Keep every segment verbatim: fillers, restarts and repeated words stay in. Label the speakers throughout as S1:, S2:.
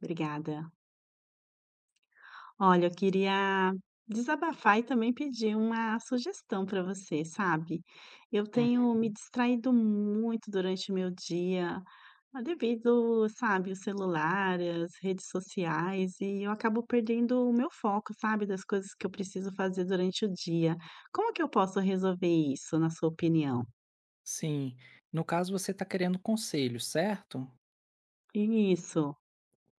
S1: Obrigada. Olha, eu queria desabafar e também pedir uma sugestão para você, sabe. Eu
S2: Uhum,
S1: tenho me distraído muito durante o meu dia, ah, devido, sabe, o celular, as redes sociais, e eu acabo perdendo o meu foco, sabe, das coisas que eu preciso fazer durante o dia. Como que eu posso resolver isso, na sua opinião?
S2: sim. No caso, você está querendo conselho, certo?
S1: Isso.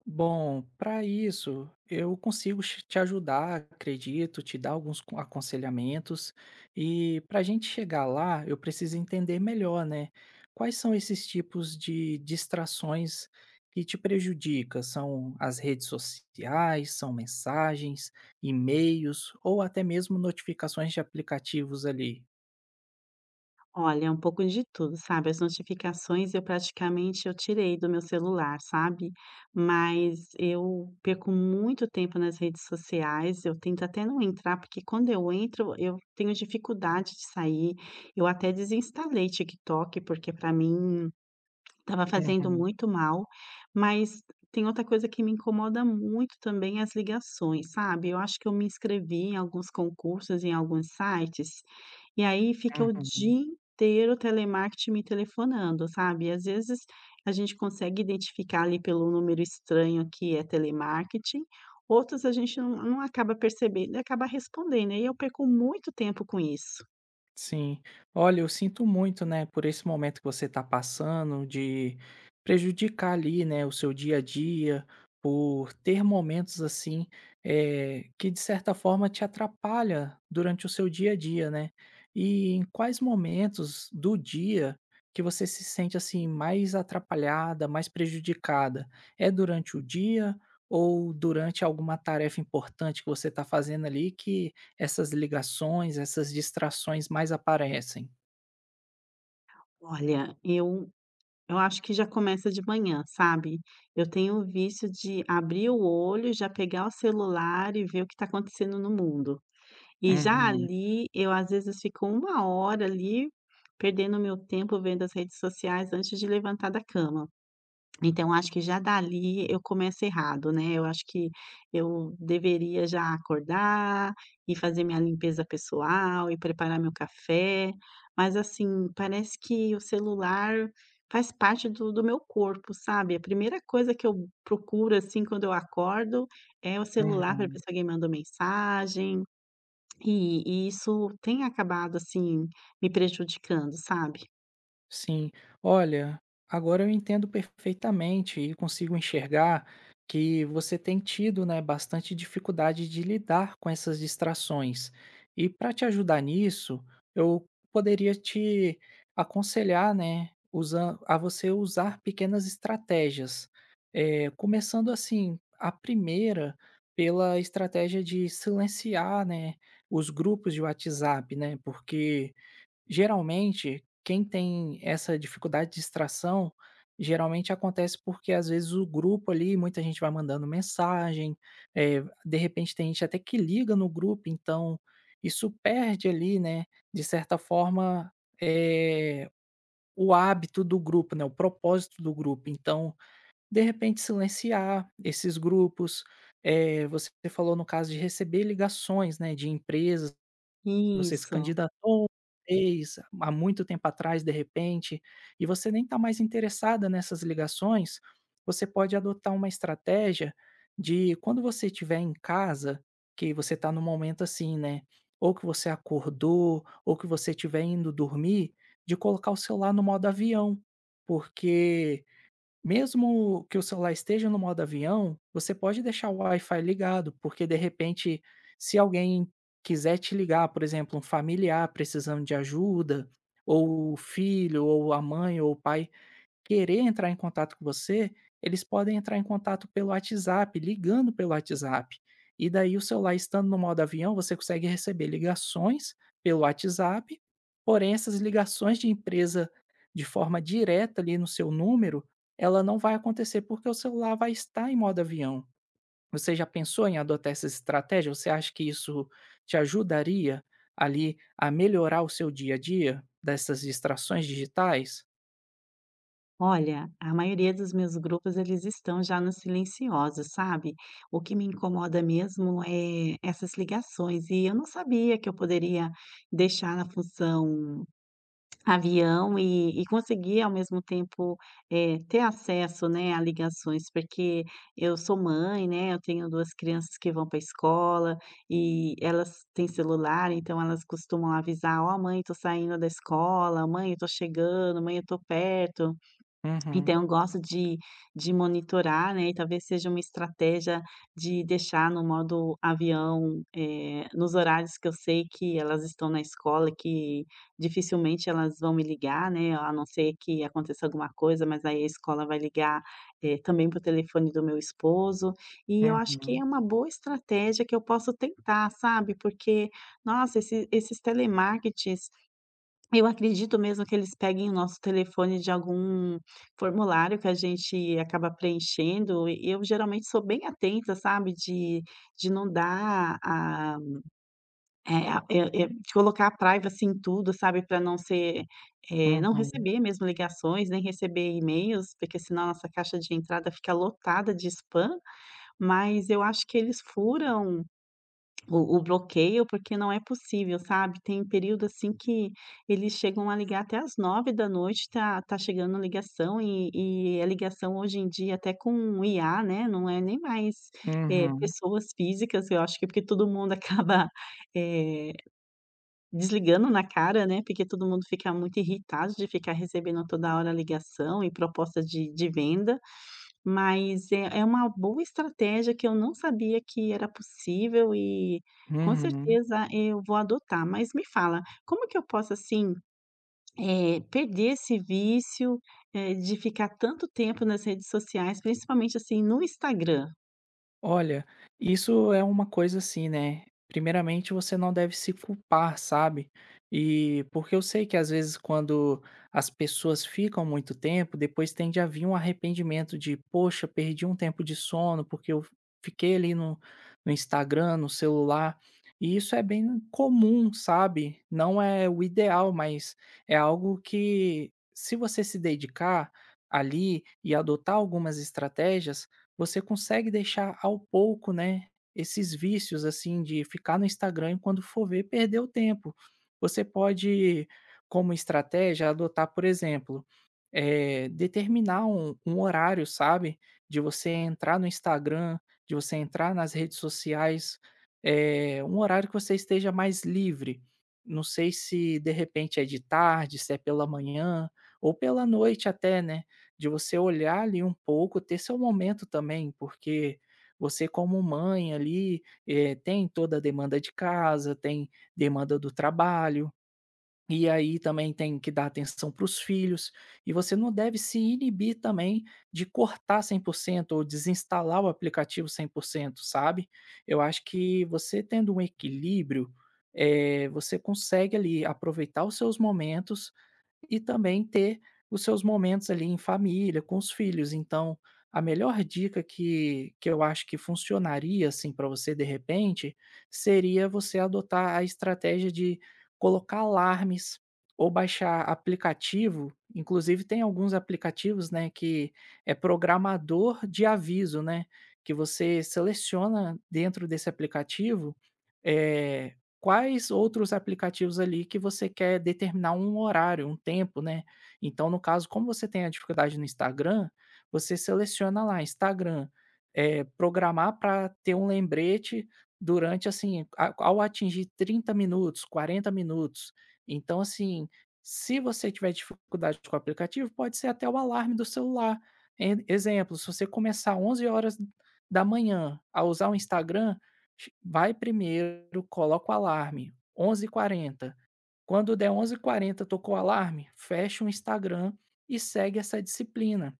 S2: Bom, para isso, eu consigo ch- te ajudar, acredito, te dar alguns con- aconselhamentos. E para a gente chegar lá, eu preciso entender melhor, né? Quais são esses tipos de distrações que te prejudicam? São as redes sociais, são mensagens, e-mails ou até mesmo notificações de aplicativos ali?
S1: Olha, é um pouco de tudo, sabe, as notificações eu praticamente eu tirei do meu celular, sabe, mas eu perco muito tempo nas redes sociais, eu tento até não entrar, porque quando eu entro, eu tenho dificuldade de sair, eu até desinstalei TikTok, porque para mim estava fazendo
S2: Uhum,
S1: muito mal, mas tem outra coisa que me incomoda muito também, as ligações, sabe. Eu acho que eu me inscrevi em alguns concursos, em alguns sites, e aí fica o
S2: uhum.
S1: dia inteiro o telemarketing me telefonando, sabe. E às vezes, a gente consegue identificar ali pelo número estranho que é telemarketing, outros a gente não não acaba percebendo e acaba respondendo, e aí eu perco muito tempo com isso.
S2: Sim. Olha, eu sinto muito, né, por esse momento que você está passando, de prejudicar ali, né, o seu dia a dia, por ter momentos assim, eh, que de certa forma te atrapalha durante o seu dia a dia, né? E em quais momentos do dia que você se sente assim mais atrapalhada, mais prejudicada? É durante o dia ou durante alguma tarefa importante que você está fazendo ali que essas ligações, essas distrações mais aparecem.
S1: Olha, eu Eu acho que já começa de manhã, sabe. Eu tenho o vício de abrir o olho, já pegar o celular e ver o que está acontecendo no mundo. E já
S2: Uhum,
S1: ali, eu às vezes fico uma hora ali, perdendo o meu tempo vendo as redes sociais antes de levantar da cama. Então acho que já dali eu começo errado, né, eu acho que eu deveria já acordar e fazer minha limpeza pessoal e preparar meu café, mas assim, parece que o celular faz parte do do meu corpo, sabe. A primeira coisa que eu procuro, assim, quando eu acordo, é o celular para
S2: uhum.
S1: ver se alguém mandou mensagem, e e isso tem acabado, assim, me prejudicando, sabe.
S2: Sim. Olha, agora eu entendo perfeitamente e consigo enxergar que você tem tido, né, bastante dificuldade de lidar com essas distrações. E para te ajudar nisso, eu poderia te aconselhar, né, usa- a você usar pequenas estratégias. É, começando assim, a primeira pela estratégia de silenciar, né, os grupos de WhatsApp, né, porque geralmente, quem tem essa dificuldade de distração, geralmente acontece porque às vezes o grupo ali, muita gente vai mandando mensagem, eh, de repente tem gente até que liga no grupo, então isso perde ali, né, de certa forma, eh, o hábito do grupo, né, o propósito do grupo. Então, de repente, silenciar esses grupos. Eh, você falou no caso de receber ligações, né, de empresas você se
S1: Isso.
S2: candidatou, fez há muito tempo atrás, de repente, e você nem está mais interessada nessas ligações, você pode adotar uma estratégia de quando você estiver em casa, que você está num momento assim, né, ou que você acordou, ou que você estiver indo dormir, de colocar o celular no modo avião, porque mesmo que o celular esteja no modo avião, você pode deixar o Wi-Fi ligado, porque de repente, se alguém quiser te ligar, por exemplo, um familiar precisando de ajuda, ou o filho, ou a mãe, ou o pai querer entrar em contato com você, eles podem entrar em contato pelo WhatsApp, ligando pelo WhatsApp. E daí o celular estando no modo avião, você consegue receber ligações pelo WhatsApp, porém essas ligações de empresa de forma direta ali no seu número, ela não vai acontecer porque o celular vai estar em modo avião. Você já pensou em adotar essa estratégia? Você acha que isso te ajudaria ali a melhorar o seu dia a dia dessas distrações digitais?
S1: Olha, a maioria dos meus grupos eles estão já no silencioso, sabe? O que me incomoda mesmo é essas ligações e eu não sabia que eu poderia deixar na função avião e, e conseguir ao mesmo tempo, eh, ter acesso, né, a ligações, porque eu sou mãe, né? Eu tenho duas crianças que vão para a escola e elas têm celular, então elas costumam avisar, ó, mãe, tô saindo da escola, mãe, eu tô chegando, mãe, eu tô perto.
S2: Uhum,
S1: Então eu gosto de de monitorar, né, e talvez seja uma estratégia de deixar no modo avião, eh, nos horários que eu sei que elas estão na escola, que dificilmente elas vão me ligar, né, a não ser que aconteça alguma coisa, mas aí a escola vai ligar, eh, também para o telefone do meu esposo. E eu acho que é
S2: uhum.
S1: uma boa estratégia que eu posso tentar, sabe, porque, nossa, esse esses telemarketings eu acredito mesmo que eles peguem o nosso telefone de algum formulário que a gente acaba preenchendo, e eu geralmente sou bem atenta, sabe, de de não dar a eh a eh eh, de colocar a privacy em tudo, sabe, para não ser, eh, não
S2: Uhum,
S1: receber mesmo ligações, nem receber e-mails, porque senão a nossa caixa de entrada fica lotada de spam, mas eu acho que eles furam o o bloqueio, porque não é possível, sabe. Tem período, assim, que eles chegam a ligar até às nove da noite, tá tá chegando ligação e e a ligação hoje em dia até com I A, né, não é nem mais, eh,
S2: uhum,
S1: pessoas físicas, eu acho que é porque todo mundo acaba, eh, desligando na cara, né, porque todo mundo fica muito irritado de ficar recebendo toda hora ligação e proposta de de venda. Mas é é uma boa estratégia que eu não sabia que era possível e com
S2: uhum.
S1: certeza eu vou adotar. Mas me fala, como que eu posso, assim, eh, perder esse vício, eh, de ficar tanto tempo nas redes sociais, principalmente, assim, no Instagram?
S2: Olha, isso é uma coisa assim, né? Primeiramente, você não deve se culpar, sabe? E porque eu sei que às vezes quando as pessoas ficam muito tempo, depois tende a vir um arrependimento de, poxa, perdi um tempo de sono porque eu fiquei ali no, no Instagram, no celular. E isso é bem comum, sabe? Não é o ideal, mas é algo que, se você se dedicar ali e adotar algumas estratégias você consegue deixar ao pouco, né, esses vícios, assim, de ficar no Instagram e quando for ver, perder o tempo. Você pode, como estratégia, adotar, por exemplo, eh, determinar um um horário, sabe, de você entrar no Instagram, de você entrar nas redes sociais, eh, um horário que você esteja mais livre. Não sei se de repente é de tarde, se é pela manhã ou pela noite até, né, de você olhar ali um pouco, ter seu momento também, porque você como mãe ali, eh, tem toda a demanda de casa, tem demanda do trabalho, e aí também tem que dar atenção para os filhos, e você não deve se inibir também de cortar cem por cento ou desinstalar o aplicativo cem por cento, sabe. Eu acho que você tendo um equilíbrio, eh, você consegue ali aproveitar os seus momentos e também ter os seus momentos ali em família, com os filhos. Então, a melhor dica que que eu acho que funcionaria, assim, para você de repente, seria você adotar a estratégia de colocar alarmes ou baixar aplicativo, inclusive tem alguns aplicativos, né, que é programador de aviso, né, que você seleciona dentro desse aplicativo, eh quais outros aplicativos ali que você quer determinar um horário, um tempo, né. Então, no caso, como você tem a dificuldade no Instagram, você seleciona lá Instagram, eh, programar para ter um lembrete durante, assim, a ao atingir trinta minutos, quarenta minutos. Então, assim, se você tiver dificuldade com o aplicativo, pode ser até o alarme do celular. En exemplo, se você começar onze horas da manhã a usar o Instagram, Chi vai primeiro, coloca o alarme, onze e quarenta. Quando der onze e quarenta, tocou o alarme, fecha o Instagram e segue essa disciplina.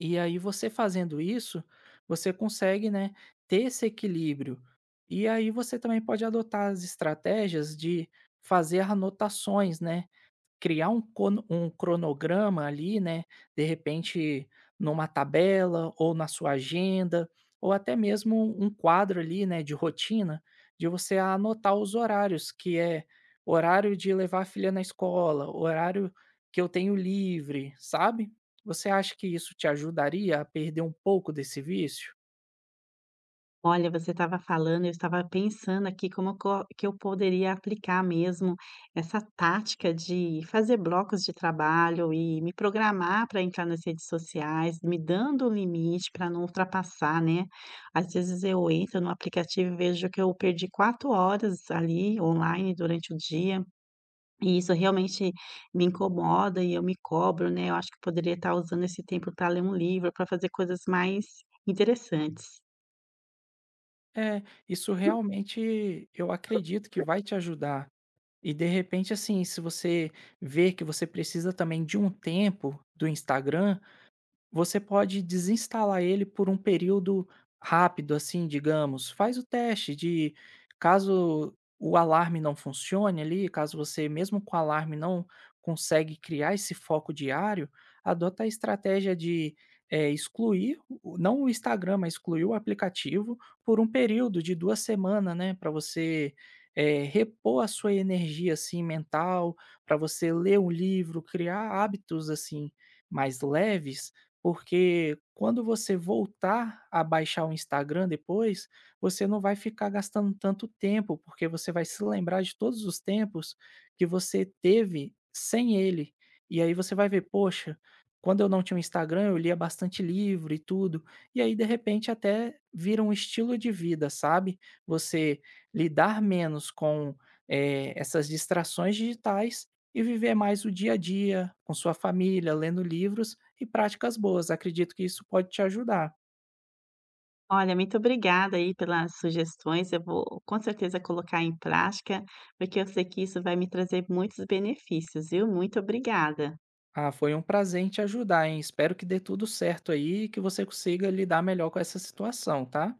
S2: E aí você fazendo isso, você consegue, né, ter esse equilíbrio. E aí você também pode adotar as estratégias de fazer anotações, né, criar um cono um cronograma ali, né, de repente numa tabela ou na sua agenda, ou até mesmo um quadro ali, né, de rotina, de você anotar os horários, que é horário de levar a filha na escola, horário que eu tenho livre, sabe? Você acha que isso te ajudaria a perder um pouco desse vício?
S1: Olha, você estava falando, eu estava pensando aqui como co que eu poderia aplicar mesmo essa tática de fazer blocos de trabalho e me programar para entrar nas redes sociais, me dando um limite para não ultrapassar, né. Às vezes eu entro no aplicativo e vejo que eu perdi quatro horas ali online durante o dia, e isso realmente me incomoda e eu me cobro, né. Eu acho que eu poderia estar usando esse tempo para ler um livro, para fazer coisas mais interessantes.
S2: É, isso realmente eu acredito que vai te ajudar. E de repente, assim, se você vê que você precisa também de um tempo do Instagram, você pode desinstalar ele por um período rápido, assim, digamos. Faz o teste de caso o alarme não funcione ali, caso você mesmo com o alarme não consegue criar esse foco diário, adota a estratégia de eh, excluir, o- não o Instagram, mas excluir o aplicativo por um período de duas semanas, né? Para você eh, repor a sua energia assim mental, para você ler um livro, criar hábitos assim mais leves porque quando você voltar a baixar o Instagram depois, você não vai ficar gastando tanto tempo, porque você vai se lembrar de todos os tempos que você teve sem ele. E aí você vai ver, poxa, quando eu não tinha o Instagram, eu lia bastante livro e tudo. E aí, de repente, até vira um estilo de vida, sabe? Você lidar menos com eh, essas distrações digitais e viver mais o dia a dia com sua família, lendo livros e práticas boas. Acredito que isso pode te ajudar.
S1: Olha, muito obrigada aí pelas sugestões. Eu vou com certeza colocar em prática, porque eu sei que isso vai me trazer muitos benefícios, viu? Muito obrigada.
S2: Ah, foi um prazer te ajudar, hein? Espero que dê tudo certo aí e que você consiga lidar melhor com essa situação, tá?